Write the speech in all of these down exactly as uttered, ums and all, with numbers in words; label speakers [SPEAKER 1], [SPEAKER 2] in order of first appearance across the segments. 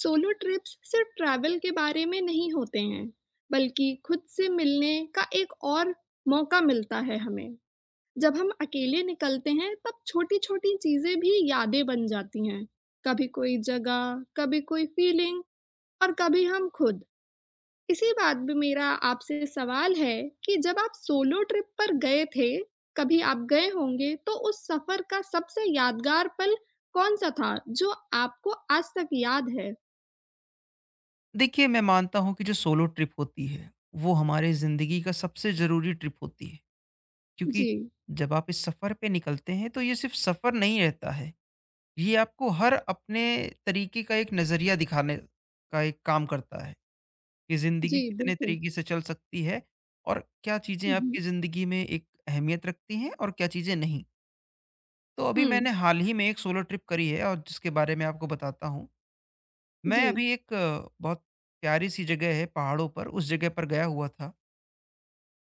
[SPEAKER 1] Solo trips सिर्फ travel के बारे में नहीं होते हैं, बल्कि खुद से मिलने का एक और मौका मिलता है हमें। जब हम अकेले निकलते हैं तब छोटी छोटी चीजें भी यादें बन जाती हैं। कभी कोई जगह, कभी कोई फीलिंग, और कभी हम खुद। इसी बात पे मेरा आपसे सवाल है कि जब आप सोलो ट्रिप पर गए थे, कभी आप गए होंगे तो उस सफर का सबसे यादगार पल कौन सा था जो आपको आज तक याद है?
[SPEAKER 2] देखिए, मैं मानता हूँ कि जो सोलो ट्रिप होती है वो हमारे ज़िंदगी का सबसे ज़रूरी ट्रिप होती है। क्योंकि
[SPEAKER 1] जी।
[SPEAKER 2] जब आप इस सफ़र पे निकलते हैं तो ये सिर्फ सफ़र नहीं रहता है, ये आपको हर अपने तरीके का एक नज़रिया दिखाने का एक काम करता है कि ज़िंदगी
[SPEAKER 1] जी,
[SPEAKER 2] कितने
[SPEAKER 1] बिल्कुल।
[SPEAKER 2] तरीके से चल सकती है। और क्या चीज़ें
[SPEAKER 1] हुँ, हुँ।
[SPEAKER 2] आपकी ज़िंदगी में एक अहमियत रखती हैं और क्या चीज़ें नहीं। तो अभी
[SPEAKER 1] हुँ।
[SPEAKER 2] मैंने हाल ही में एक सोलो ट्रिप करी है, और जिसके बारे में आपको बताता हूँ।
[SPEAKER 1] जी,
[SPEAKER 2] मैं अभी एक अ, बहुत प्यारी-सी जगह है पहाड़ों पर, उस जगह पर गया हुआ था।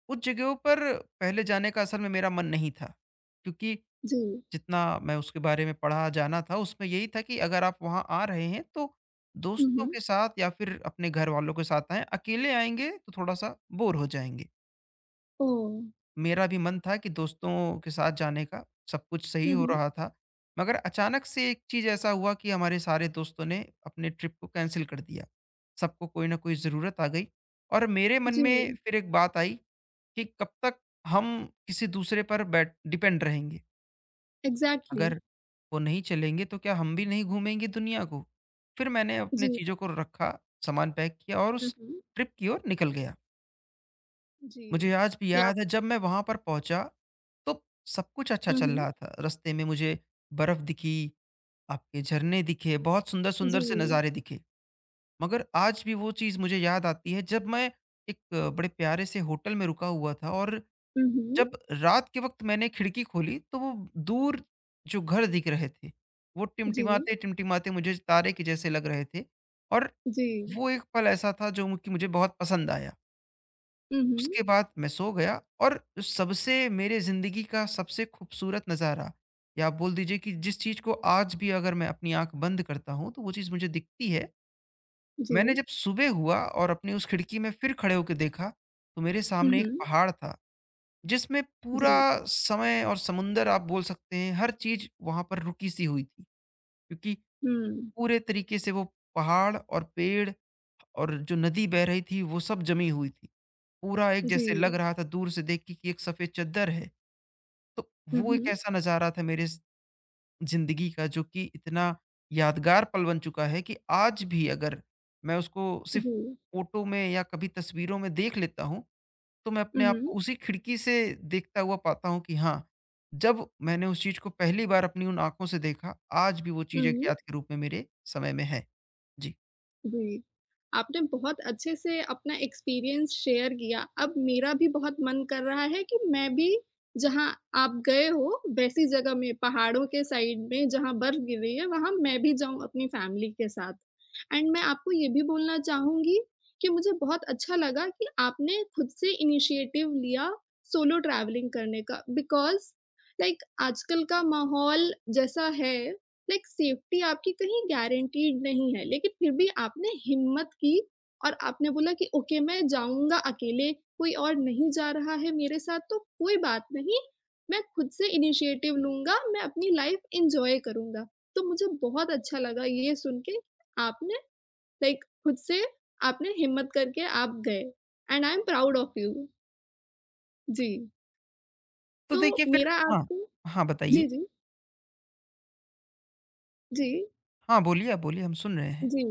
[SPEAKER 2] उस जगहों पर पहले जाने का असल में मेरा मन नहीं था, क्योंकि
[SPEAKER 1] जी।
[SPEAKER 2] जितना मैं उसके बारे में पढ़ा, जाना था, उसमें यही था कि अगर आप वहाँ आ रहे हैं, तो
[SPEAKER 1] हुँ,
[SPEAKER 2] दोस्तों
[SPEAKER 1] हुँ।
[SPEAKER 2] के साथ या फिर अपने घरवालों के साथ आएँ, अकेले आएँगे तो थोड़ा-सा बोर हो जाएँगे।
[SPEAKER 1] ओह!
[SPEAKER 2] मेरा भी मन था कि दोस्तों के साथ जाने का, सब कुछ सही
[SPEAKER 1] हुँ,
[SPEAKER 2] हो
[SPEAKER 1] हुँ।
[SPEAKER 2] रहा था। मगर अचानक से एक चीज़ ऐसा हुआ कि हमारे सारे दोस्तों ने अपने ट्रिप को कैंसल कर दिया। सबको कोई न कोई ज़रूरत आ गई और मेरे मन में
[SPEAKER 1] जी,
[SPEAKER 2] फिर एक बात आई कि कब तक हम किसी दूसरे पर बैठ डिपेंड रहेंगे।
[SPEAKER 1] एग्ज़ैक्टली।
[SPEAKER 2] अगर वो नहीं चलेंगे तो क्या हम भी नहीं घूमेंगे दुनिया को? फिर मैंने अपने
[SPEAKER 1] जी।
[SPEAKER 2] चीज़ों को रखा, सामान पैक किया और
[SPEAKER 1] हुँ,
[SPEAKER 2] उस
[SPEAKER 1] हुँ।
[SPEAKER 2] ट्रिप की ओर निकल गया।
[SPEAKER 1] जी।
[SPEAKER 2] मुझे आज भी
[SPEAKER 1] या,
[SPEAKER 2] याद है, जब मैं वहाँ पर पहुँचा तो सब कुछ अच्छा
[SPEAKER 1] हुँ,
[SPEAKER 2] चल
[SPEAKER 1] हुँ।
[SPEAKER 2] रहा था। रास्ते में मुझे बर्फ़ दिखी, आपके झरने दिखे, बहुत
[SPEAKER 1] जी।
[SPEAKER 2] सुंदर-सुंदर से नज़ारे दिखे। मगर आज भी वो चीज़ मुझे याद आती है, जब मैं एक अ, बड़े प्यारे से होटल में रुका हुआ था, और
[SPEAKER 1] हुँ, हुँ।
[SPEAKER 2] जब रात के वक़्त मैंने खिड़की खोली तो वो दूर जो घर दिख रहे थे, वो
[SPEAKER 1] जी,
[SPEAKER 2] टिमटिमाते-टिमटिमाते मुझे तारे के जैसे लग रहे थे। और
[SPEAKER 1] जी।
[SPEAKER 2] वो एक पल ऐसा था जो कि मुझे बहुत पसंद आया।
[SPEAKER 1] हुँ, हुँ।
[SPEAKER 2] उसके बाद मैं सो गया। और सबसे मेरे ज़िंदगी का सबसे खूबसूरत नज़ारा, या आप बोल दीजिए कि जिस चीज़ को आज भी अगर मैं अपनी आँख बंद करता हूँ, तो वो चीज़ मुझे दिखती है। मैंने
[SPEAKER 1] जी।
[SPEAKER 2] जब सुबह हुआ और अपनी उस खिड़की में फिर खड़े होके देखा, तो मेरे
[SPEAKER 1] हुँ,
[SPEAKER 2] सामने एक
[SPEAKER 1] हुँ।
[SPEAKER 2] पहाड़ था, जिसमें पूरा
[SPEAKER 1] जी।
[SPEAKER 2] समय और समुंदर, आप बोल सकते हैं, हर चीज़ वहाँ पर रुकी-सी हुई थी। क्योंकि
[SPEAKER 1] हुँ।
[SPEAKER 2] पूरे तरीके से वो पहाड़ और पेड़ और जो नदी बह रही थी, वो सब जमी हुई थी। पूरा एक
[SPEAKER 1] जी।
[SPEAKER 2] जैसे लग रहा था दूर से देख के कि एक सफ़ेद चद्दर है। तो
[SPEAKER 1] हुँ,
[SPEAKER 2] वो एक
[SPEAKER 1] हुँ।
[SPEAKER 2] ऐसा नज़ारा था मेरे ज़ ज़िंदगी का, जो कि इतना यादगार पल बन चुका है कि आज भी अगर मैं उसको सिर्फ़
[SPEAKER 1] जी।
[SPEAKER 2] फ़ोटो में या कभी तस्वीरों में देख लेता हूँ, तो मैं
[SPEAKER 1] हुँ,
[SPEAKER 2] अपने आप को
[SPEAKER 1] हुँ।
[SPEAKER 2] उसी खिड़की से देखता हुआ पाता हूँ कि हाँ, जब मैंने उस चीज़ को पहली बार अपनी उन आँखों से देखा, आज भी वो चीज़ एक
[SPEAKER 1] हुँ।
[SPEAKER 2] याद के रूप में मेरे समय में है। जी।
[SPEAKER 1] जी। आपने बहुत अच्छे से अपना एक्सपीरियंस शेयर किया। अब मेरा भी बहुत मन कर रहा है कि मैं भी जहाँ आप गए हो, वैसी जगह में, पहाड़ों के साइड में जहाँ बर्फ़ गिर रही है, वहाँ मैं भी जाऊँ अपनी फ़ैमिली के साथ। एंड मैं आपको ये भी बोलना चाहूँगी कि मुझे बहुत अच्छा लगा कि आपने खुद से इनिशिएटिव लिया सोलो ट्रैवलिंग करने का। बिकॉज़ लाइक आजकल का माहौल जैसा है, लाइक सेफ्टी आपकी कहीं गारंटीड नहीं है, लेकिन फिर भी आपने हिम्मत की और आपने बोला कि ओके मैं जाऊँगा अकेले, कोई और नहीं जा रहा है मेरे साथ तो कोई बात नहीं, मैं खुद से इनिशिएटिव लूँगा, मैं अपनी लाइफ़ एन्जॉय करूँगा। तो मुझे बहुत अच्छा लगा ये सुन के आपने लाइक खुद से, आपने हिम्मत करके आप गए, and I am proud of you. जी,
[SPEAKER 2] तो
[SPEAKER 1] तो
[SPEAKER 2] देखिए फिर,
[SPEAKER 1] मेरा
[SPEAKER 2] हाँ।
[SPEAKER 1] आपको।
[SPEAKER 2] हाँ, बताइए।
[SPEAKER 1] जी, जी। जी।
[SPEAKER 2] हाँ, बोलिए, आप बोलिए, हम सुन रहे हैं।
[SPEAKER 1] जी।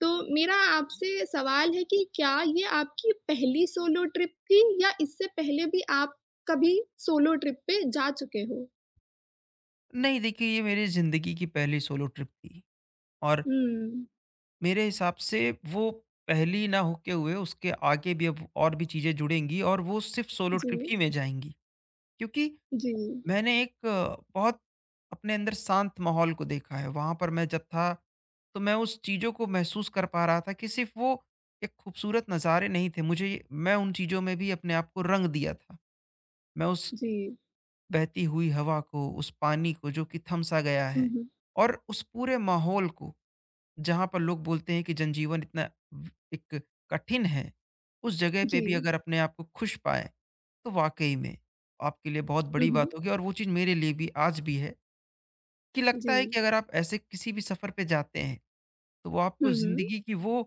[SPEAKER 1] तो मेरा आपसे सवाल है कि क्या ये आपकी पहली सोलो ट्रिप थी, या इससे पहले भी आप कभी सोलो ट्रिप पे जा चुके हो?
[SPEAKER 2] नहीं, देखिए, ये मेरी ज़िंदगी की पहली सोलो ट्रिप थी। और
[SPEAKER 1] हुँ।
[SPEAKER 2] मेरे हिसाब से वो पहली ना होके हुए उसके आगे भी अब और भी चीज़ें जुड़ेंगी, और वो सिर्फ सोलो
[SPEAKER 1] जी,
[SPEAKER 2] ट्रिप ही में जाएँगी। क्योंकि
[SPEAKER 1] जी,
[SPEAKER 2] मैंने एक अ, बहुत अपने अंदर शांत माहौल को देखा है। वहाँ पर मैं जब था, तो मैं उस चीज़ों को महसूस कर पा रहा था कि सिर्फ वो एक खूबसूरत नज़ारे नहीं थे, मुझे मैं उन चीज़ों में भी अपने आप को रंग दिया था। मैं उस
[SPEAKER 1] जी।
[SPEAKER 2] बहती हुई हवा को, उस पानी को जो कि थम सा गया
[SPEAKER 1] हुँ,
[SPEAKER 2] है,
[SPEAKER 1] हुँ।
[SPEAKER 2] और उस पूरे माहौल को जहाँ पर लोग बोलते हैं कि जनजीवन इतना व- एक कठिन है, उस जगह पे
[SPEAKER 1] जी।
[SPEAKER 2] भी अगर अपने आप को खुश पाए तो वाकई में आपके लिए बहुत
[SPEAKER 1] हुँ,
[SPEAKER 2] बड़ी
[SPEAKER 1] हुँ।
[SPEAKER 2] बात होगी। और वो चीज़ मेरे लिए भी आज भी है कि लगता
[SPEAKER 1] जी।
[SPEAKER 2] है कि अगर आप ऐसे किसी भी सफ़र पे जाते हैं, तो वो आपको
[SPEAKER 1] हुँ, हुँ।
[SPEAKER 2] ज़िंदगी की वो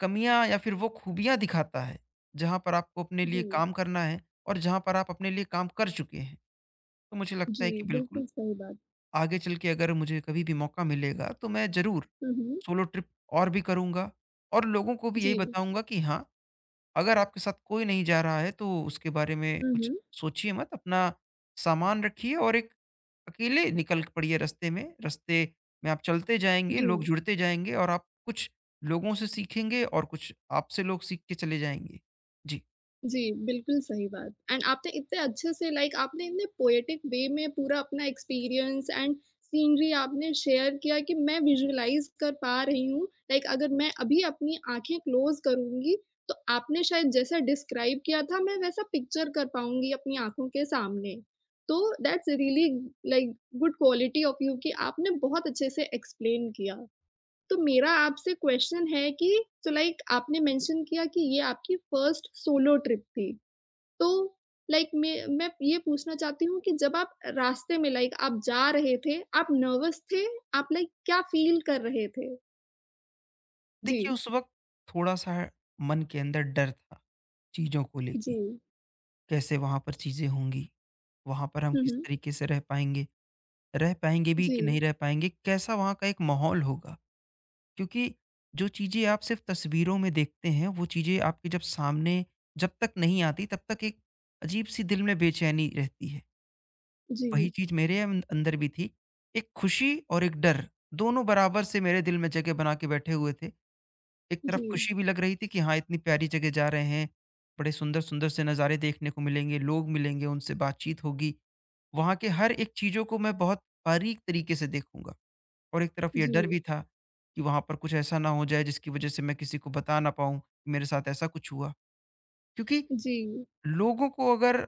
[SPEAKER 2] कमियां या फिर वो खूबियां दिखाता है जहाँ पर आपको अपने लिए
[SPEAKER 1] जी।
[SPEAKER 2] काम करना है, और जहाँ पर आप अपने लिए काम कर चुके हैं। तो मुझे लगता
[SPEAKER 1] जी,
[SPEAKER 2] है कि बिल्कुल,
[SPEAKER 1] बिल्कुल सही बात।
[SPEAKER 2] आगे चल के अगर मुझे कभी भी मौका मिलेगा तो मैं ज़रूर
[SPEAKER 1] हुँ, हुँ।
[SPEAKER 2] सोलो ट्रिप और भी करूँगा। और लोगों को भी यही
[SPEAKER 1] जी।
[SPEAKER 2] बताऊँगा कि हाँ, अगर आपके साथ कोई नहीं जा रहा है तो उसके बारे में
[SPEAKER 1] हुँ,
[SPEAKER 2] कुछ
[SPEAKER 1] हुँ।
[SPEAKER 2] सोचिए मत, अपना सामान रखिए और एक अकेले निकल पड़िए रास्ते में। रास्ते में आप चलते जाएँगे,
[SPEAKER 1] जी।
[SPEAKER 2] लोग जुड़ते जाएँगे, और आप कुछ लोगों से सीखेंगे और कुछ आपसे लोग सीख के चले जाएँगे। जी।
[SPEAKER 1] जी, बिल्कुल सही बात। एंड आपने इतने अच्छे से, लाइक आपने इतने पोएटिक वे में पूरा अपना एक्सपीरियंस एंड सीनरी आपने शेयर किया कि मैं विजुअलाइज़ कर पा रही हूँ। लाइक अगर मैं अभी अपनी आँखें क्लोज़ करूँगी, तो आपने शायद जैसा डिस्क्राइब किया था, मैं वैसा पिक्चर कर पाऊँगी अपनी आँखों के सामने। तो that's really like good quality of you कि आपने बहुत अच्छे से एक्सप्लेन किया। तो मेरा आपसे क्वेश्चन है कि, सो लाइक आपने मेंशन किया कि ये आपकी फर्स्ट सोलो ट्रिप थी। तो लाइक मैं मैं ये पूछना चाहती हूँ कि जब आप रास्ते में, लाइक आप जा रहे थे, आप नर्वस थे? आप लाइक क्या फ़ील कर रहे थे?
[SPEAKER 2] देखिए,
[SPEAKER 1] जी,
[SPEAKER 2] उस वक़्त थोड़ा-सा मन के अंदर डर था चीज़ों को लेके।
[SPEAKER 1] जी।
[SPEAKER 2] कैसे वहाँ पर चीज़ें होंगी? वहाँ पर हम
[SPEAKER 1] हुँ,
[SPEAKER 2] किस
[SPEAKER 1] हुँ।
[SPEAKER 2] तरीके से रह पाएँगे? रह पाएँगे भी कि
[SPEAKER 1] जी,
[SPEAKER 2] नहीं रह पाएँगे? कैसा वहाँ का एक माहौल होगा? क्योंकि जो चीज़ें आप सिर्फ़ तस्वीरों में देखते हैं, वो चीज़ें आपके जब सामने जब तक नहीं आती, तब तक एक अजीब-सी दिल में बेचैनी रहती है। वही
[SPEAKER 1] जी,
[SPEAKER 2] चीज़ मेरे अं अंदर भी थी। एक खुशी और एक डर, दोनों बराबर से मेरे दिल में जगह बना के बैठे हुए थे। एक तरफ
[SPEAKER 1] जी,
[SPEAKER 2] खुशी भी लग रही थी कि हाँ, इतनी प्यारी जगह जा रहे हैं, बड़े सुंदर-सुंदर से नज़ारे देखने को मिलेंगे, लोग मिलेंगे, उनसे बातचीत होगी। वहाँ के हर एक चीज़ों को मैं बहुत बारीक तरीके से देखूँगा। और एक तरफ ये
[SPEAKER 1] जी,
[SPEAKER 2] डर भी था कि वहाँ पर कुछ ऐसा ना हो जाए जिसकी वज़ह से मैं किसी को बता ना पाऊँ कि मेरे साथ ऐसा कुछ हुआ। क्योंकि
[SPEAKER 1] जी।
[SPEAKER 2] लोगों को अगर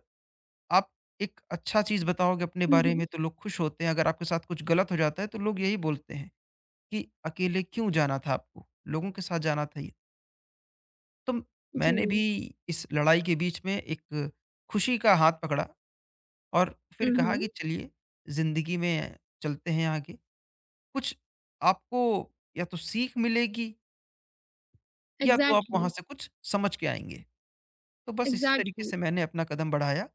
[SPEAKER 2] आप एक अच्छा चीज़ बताओगे अपने
[SPEAKER 1] हुँ,
[SPEAKER 2] बारे
[SPEAKER 1] हुँ।
[SPEAKER 2] में तो लोग खुश होते हैं, अगर आपके साथ कुछ गलत हो जाता है तो लोग यही बोलते हैं कि अकेले क्यों जाना था आपको? लोगों के साथ जाना था ये। तो
[SPEAKER 1] जी।
[SPEAKER 2] मैंने भी इस लड़ाई के बीच में एक खुशी का हाथ पकड़ा, और फिर
[SPEAKER 1] हुँ,
[SPEAKER 2] कहा
[SPEAKER 1] हुँ।
[SPEAKER 2] कि चलिए, ज़िंदगी में चलते हैं आगे। कुछ आपको या तो सीख मिलेगी, या तो आप वहाँ
[SPEAKER 1] एग्ज़ैक्टली,
[SPEAKER 2] से कुछ समझ के आएँगे। तो बस इसी तरीके
[SPEAKER 1] एग्ज़ैक्टली।
[SPEAKER 2] से मैंने अपना कदम बढ़ाया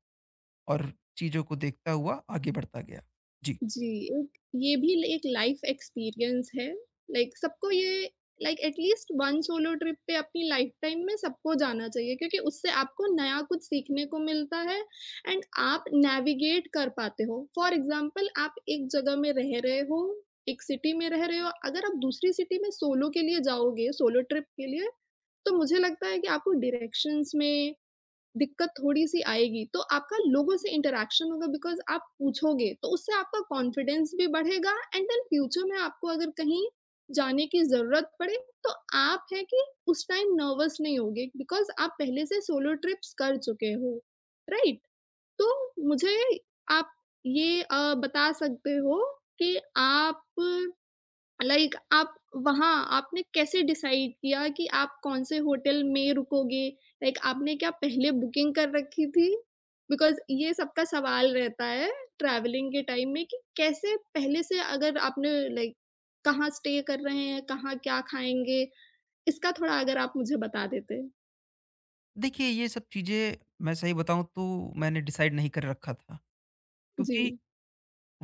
[SPEAKER 2] और चीज़ों को देखता हुआ आगे बढ़ता गया। जी।
[SPEAKER 1] जी, एक ये भी ल एक लाइफ़ एक्सपीरियंस है। लाइक सबको ये, like at least one solo trip पे अपनी लाइफ़टाइम में सबको जाना चाहिए, क्योंकि उससे आपको नया कुछ सीखने को मिलता है एंड आप नेविगेट कर पाते हो। फ़ॉर एग्ज़ाम्पल, आप एक जगह में रह रहे हो, एक सिटी में रह रहे हो, अगर आप दूसरी सिटी में सोलो के लिए जाओगे, सोलो ट्रिप के लिए, तो मुझे लगता है कि आपको डायरेक्शंस में दिक्कत थोड़ी-सी आएगी, तो आपका लोगों से इंटरैक्शन होगा, बिकॉज़ आप पूछोगे, तो उससे आपका कॉन्फिडेंस भी बढ़ेगा, एंड देन फ्यूचर में आपको अगर कहीं जाने की ज़रूरत पड़े, तो आप है कि उस टाइम नर्वस नहीं होगे, बिकॉज़ आप पहले से सोलो ट्रिप्स कर चुके हो, राइट? तो मुझे आप ये अ, बता सकते हो कि आप, लाइक आप, वहाँ आपने कैसे डिसाइड किया कि आप कौन-से होटल में रुकोगे? लाइक आपने क्या पहले बुकिंग कर रखी थी? बिकॉज़ ये सबका सवाल रहता है ट्रैवलिंग के टाइम में कि कैसे पहले से, अगर आपने लाइक कहाँ स्टे कर रहे हैं, कहाँ क्या खाएँगे? इसका थोड़ा अगर आप मुझे बता देते।
[SPEAKER 2] देखिए, ये सब चीज़ें, मैं सही बताऊँ तो मैंने डिसाइड नहीं कर रखा था। क्योंकि
[SPEAKER 1] जी।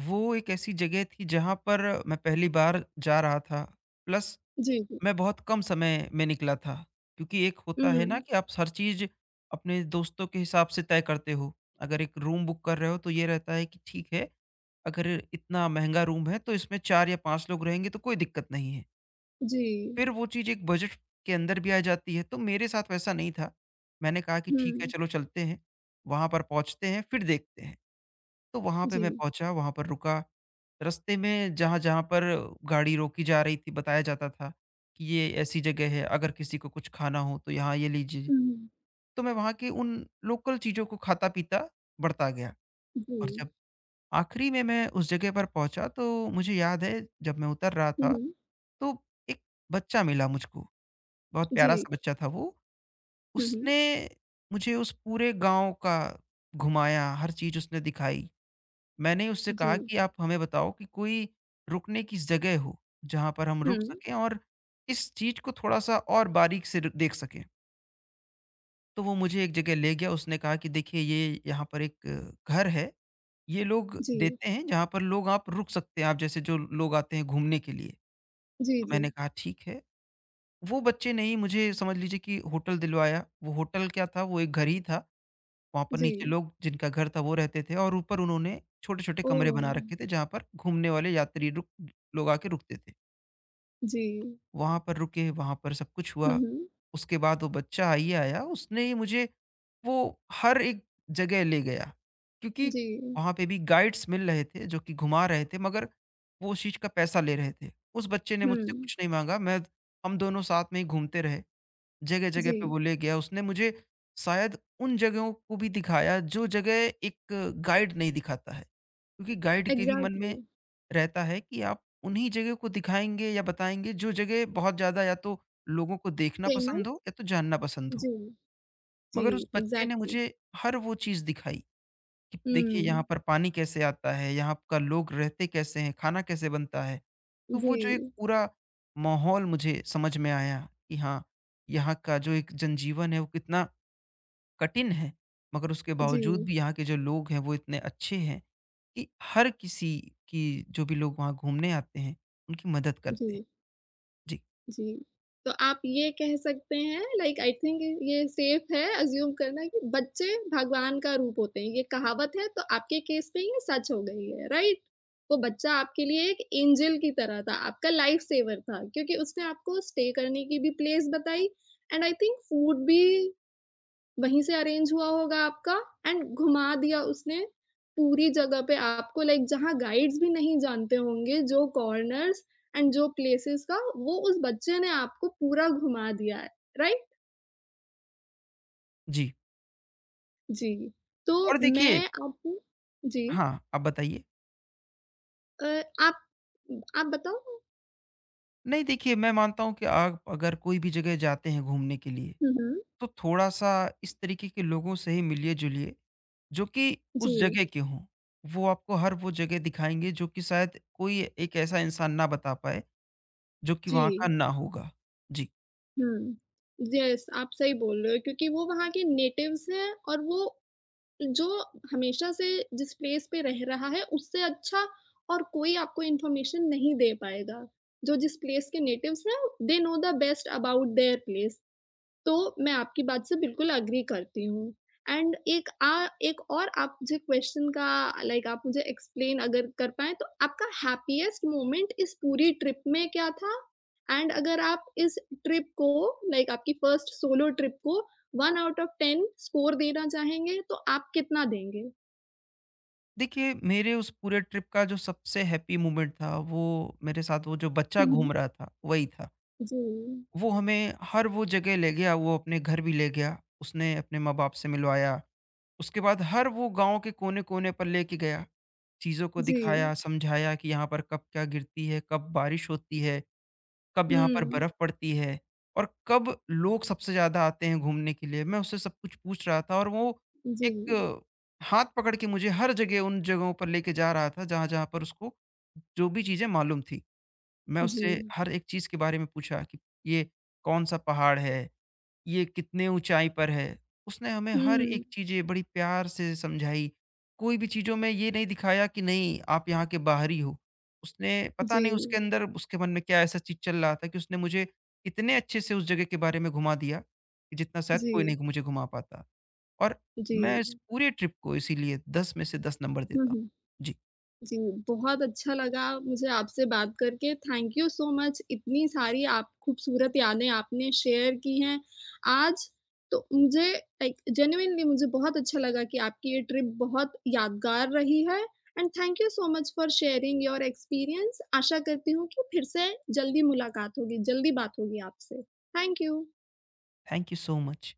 [SPEAKER 2] वो एक ऐसी जगह थी जहाँ पर मैं पहली बार जा रहा था, प्लस
[SPEAKER 1] जी, जी।
[SPEAKER 2] मैं बहुत कम समय में निकला था। क्योंकि एक होता है ना
[SPEAKER 1] हुँ।
[SPEAKER 2] कि आप हर चीज़ अपने दोस्तों के हिसाब से तय करते हो। अगर एक रूम बुक कर रहे हो तो ये रहता है कि ठीक है, अगर इतना महँगा रूम है तो इसमें चार या पाँच लोग रहेंगे तो कोई दिक्कत नहीं है।
[SPEAKER 1] जी।
[SPEAKER 2] फिर वो चीज़ एक बजट के अंदर भी आ जाती है, तो मेरे साथ वैसा नहीं था। मैंने कहा कि ठीक है,
[SPEAKER 1] हुँ।
[SPEAKER 2] चलो चलते हैं, वहाँ पर पहुँचते हैं, फिर देखते हैं। तो वहाँ पे
[SPEAKER 1] जी।
[SPEAKER 2] मैं पहुँचा, वहाँ पर रुका। रास्ते में जहाँ-जहाँ पर गाड़ी रोकी जा रही थी बताया जाता था कि ये ऐसी जगह है, अगर किसी को कुछ खाना हो तो यहाँ ये लीजिए।
[SPEAKER 1] हुँ,
[SPEAKER 2] तो मैं वहाँ के उन लोकल चीज़ों को खाता-पीता बढ़ता गया। और
[SPEAKER 1] जी।
[SPEAKER 2] जब आखिरी में मैं उस जगह पर पहुँचा, तो मुझे याद है, जब मैं उतर रहा
[SPEAKER 1] हुँ,
[SPEAKER 2] था
[SPEAKER 1] हुँ।
[SPEAKER 2] तो एक बच्चा मिला मुझको, बहुत
[SPEAKER 1] जी।
[SPEAKER 2] प्यारा-सा बच्चा था वो।
[SPEAKER 1] हुँ, हुँ।
[SPEAKER 2] उसने मुझे उस पूरे गाँव का घुमाया, हर चीज़ उसने दिखाई। मैंने उससे
[SPEAKER 1] जी।
[SPEAKER 2] कहा कि आप हमें बताओ कि कोई रुकने की जगह हो, जहाँ पर हम
[SPEAKER 1] हुँ।
[SPEAKER 2] रुक सकें और इस चीज़ को थोड़ा-सा और बारीक से र देख सकें। तो वो मुझे एक जगह ले गया, उसने कहा कि देखिए, ये यहाँ पर एक घर है। ये लोग
[SPEAKER 1] जी।
[SPEAKER 2] देते हैं जहाँ पर लोग आप रुक सकते हैं, आप जैसे जो लोग आते हैं घूमने के लिए।
[SPEAKER 1] जी,
[SPEAKER 2] तो
[SPEAKER 1] जी।
[SPEAKER 2] मैंने कहा ठीक है, वो बच्चे ने ही मुझे समझ लीजिए कि होटल दिलवाया, वो होटल क्या था, वो एक घर ही था। वहाँ पर
[SPEAKER 1] जी।
[SPEAKER 2] नीचे लोग जिनका घर था वो रहते थे, और ऊपर उन्होंने छोटे-छोटे कमरे
[SPEAKER 1] ओह!
[SPEAKER 2] बना रखे थे जहाँ पर घूमने वाले यात्री रुक लोग आके रुकते थे।
[SPEAKER 1] जी।
[SPEAKER 2] वहाँ पर रुके, वहाँ पर सब कुछ
[SPEAKER 1] हुँ,
[SPEAKER 2] हुआ।
[SPEAKER 1] हुँ।
[SPEAKER 2] उसके बाद वो बच्चा आइए आया, उसने ही मुझे वो हर एक जगह ले गया। क्योंकि
[SPEAKER 1] जी।
[SPEAKER 2] वहाँ पे भी गाइड्स मिल रहे थे जो कि घुमा रहे थे, मगर वो उस चीज़ का पैसा ले रहे थे। उस बच्चे ने मुझसे
[SPEAKER 1] हुँ।
[SPEAKER 2] कुछ नहीं माँगा, मैं हम दोनों साथ में ही घूमते रहे। जगह-जगह पे
[SPEAKER 1] जी।
[SPEAKER 2] वो ले गया, उसने मुझे शायद उन जगहों को भी दिखाया जो जगह एक गाइड नहीं दिखाता है। क्योंकि गाइड के भी मन
[SPEAKER 1] एग्ज़ैक्टली।
[SPEAKER 2] में रहता है कि आप उन्हीं जगह को दिखाएँगे या बताएँगे जो जगह बहुत ज़्यादा या तो लोगों को देखना पसंद हो
[SPEAKER 1] फेमस।
[SPEAKER 2] या तो जानना पसंद हो।
[SPEAKER 1] जी, जी,
[SPEAKER 2] मगर उस बच्चे ने
[SPEAKER 1] एग्ज़ैक्टली।
[SPEAKER 2] मुझे हर वो चीज़ दिखाई कि देखिए, यहाँ
[SPEAKER 1] हुँ।
[SPEAKER 2] पर पानी कैसे आता है, यहाँ का लोग रहते कैसे हैं, खाना कैसे बनता है। तो वो जो एक
[SPEAKER 1] जी,
[SPEAKER 2] पूरा माहौल मुझे समझ में आया कि हाँ, यहाँ का जो एक जनजीवन है वो कितना कठिन है, मगर उसके बावजूद
[SPEAKER 1] जी,
[SPEAKER 2] भी यहाँ के जो लोग हैं वो इतने अच्छे हैं। कि हर किसी की, जो भी लोग वहाँ घूमने आते हैं, उनकी मदद करते हैं।
[SPEAKER 1] जी।
[SPEAKER 2] जी,
[SPEAKER 1] जी, तो आप ये कह सकते हैं, लाइक आई थिंक ये सेफ है अज़्यूम करना कि बच्चे भगवान का रूप होते हैं, ये कहावत है तो आपके केस में ये सच हो गई है, राइट? वो बच्चा आपके लिए एक एंजेल की तरह था, आपका लाइफ़ सेवर था, क्योंकि उसने आपको स्टे करने की भी प्लेस बताई, एंड आई थिंक फूड भी वहीं से अरेंज हुआ होगा आपका, एंड घुमा दिया उसने पूरी जगह पे आपको, लाइक जहाँ गाइड्स भी नहीं जानते होंगे, जो कॉर्नर्स एंड जो प्लेसेस का, वो उस बच्चे ने आपको पूरा घुमा दिया है, राइट?
[SPEAKER 2] जी।
[SPEAKER 1] जी, तो
[SPEAKER 2] और देखिए,
[SPEAKER 1] मैं आपको। जी।
[SPEAKER 2] हाँ, आप बताइए?
[SPEAKER 1] अ, आप आप बताओ?
[SPEAKER 2] नहीं, देखिए, मैं मानता हूँ कि आप अगर कोई भी जगह जाते हैं घूमने के लिए,
[SPEAKER 1] हुँ, हुँ।
[SPEAKER 2] तो थोड़ा-सा इस तरीके के लोगों से ही मिलिए-जुलिए, जो कि उस
[SPEAKER 1] जी,
[SPEAKER 2] जगह के हों। वो आपको हर वो जगह दिखाएँगे जो कि शायद कोई एक ऐसा इंसान ना बता पाए, जो कि वहाँ का
[SPEAKER 1] जी,
[SPEAKER 2] ना होगा। जी।
[SPEAKER 1] हुँ। येस, आप सही बोल रहे हो, क्योंकि वो वहाँ के नेटिव्स हैं और वो जो हमेशा से जिस प्लेस पे रह रहा है, उससे अच्छा और कोई आपको इन्फॉर्मेशन नहीं दे पाएगा। जो जिस प्लेस के नेटिव्स हैं, they know the best about their place. तो मैं आपकी बात से बिल्कुल एग्री करती हूँ। एंड एक आ, एक और आप मुझे क्वेश्चन का, लाइक आप मुझे एक्सप्लेन अगर कर पाएँ तो आपका हैप्पीएस्ट मोमेंट इस पूरी ट्रिप में क्या था? एंड अगर आप इस ट्रिप को, लाइक आपकी फर्स्ट सोलो ट्रिप को one out of ten score देना चाहेंगे, तो आप कितना देंगे?
[SPEAKER 2] देखिए, मेरे उस पूरे ट्रिप का जो सबसे हैप्पी मोमेंट था, वो मेरे साथ वो जो बच्चा
[SPEAKER 1] हुँ, हुँ।
[SPEAKER 2] घूम रहा था, वही था।
[SPEAKER 1] जी,
[SPEAKER 2] वो हमें हर वो जगह ले गया, वो अपने घर भी ले गया, उसने अपने माँ-बाप से मिलवाया। उसके बाद हर वो गाँव के कोने-कोने पर लेके गया, चीज़ों को
[SPEAKER 1] जी।
[SPEAKER 2] दिखाया, समझाया कि यहाँ पर कब क्या गिरती है, कब बारिश होती है। कब यहाँ पर
[SPEAKER 1] हुँ,
[SPEAKER 2] बर्फ पड़ती है, और कब लोग सबसे ज़्यादा आते हैं घूमने के लिए। मैं उससे सब कुछ पूछ रहा था, और वो
[SPEAKER 1] जी,
[SPEAKER 2] एक हाथ पकड़ के मुझे हर जगह, उन जगहों पर लेके जा रहा था, जहाँ-जहाँ पर उसको जो भी चीज़ें मालूम थी। मैं
[SPEAKER 1] जी।
[SPEAKER 2] उससे हर एक चीज़ के बारे में पूछा कि ये कौन-सा पहाड़ है? ये कितने ऊंचाई पर है। उसने हमें हर एक
[SPEAKER 1] हुँ,
[SPEAKER 2] चीज़ें बड़ी प्यार से समझाई। कोई भी चीज़ों में ये नहीं दिखाया कि नहीं, आप यहाँ के बाहरी हो। उसने पता नहीं
[SPEAKER 1] जी,
[SPEAKER 2] उसके अंदर, उसके मन में क्या ऐसा चीज़ चल रहा था कि उसने मुझे इतने अच्छे से उस जगह के बारे में घुमा दिया कि जितना शायद कोई नहीं
[SPEAKER 1] जी,
[SPEAKER 2] मुझे घुमा पाता। और
[SPEAKER 1] जी,
[SPEAKER 2] मैं इस
[SPEAKER 1] जी।
[SPEAKER 2] पूरे ट्रिप को इसीलिए दस में से दस नंबर
[SPEAKER 1] हुँ,
[SPEAKER 2] देता हूँ।
[SPEAKER 1] हुँ।
[SPEAKER 2] जी,
[SPEAKER 1] जी, बहुत अच्छा लगा मुझे आपसे बात करके। थैंक यू सो मच, इतनी सारी आप खूबसूरत यादें आपने शेयर की हैं आज। तो मुझे, लाइक जेनुइनली मुझे बहुत अच्छा लगा कि आपकी ये ट्रिप बहुत यादगार रही है, and thank you so much for sharing your experience. आशा करती हूँ कि फिर से जल्दी मुलाकात होगी, जल्दी बात होगी आपसे। Thank you.
[SPEAKER 2] Thank you so much.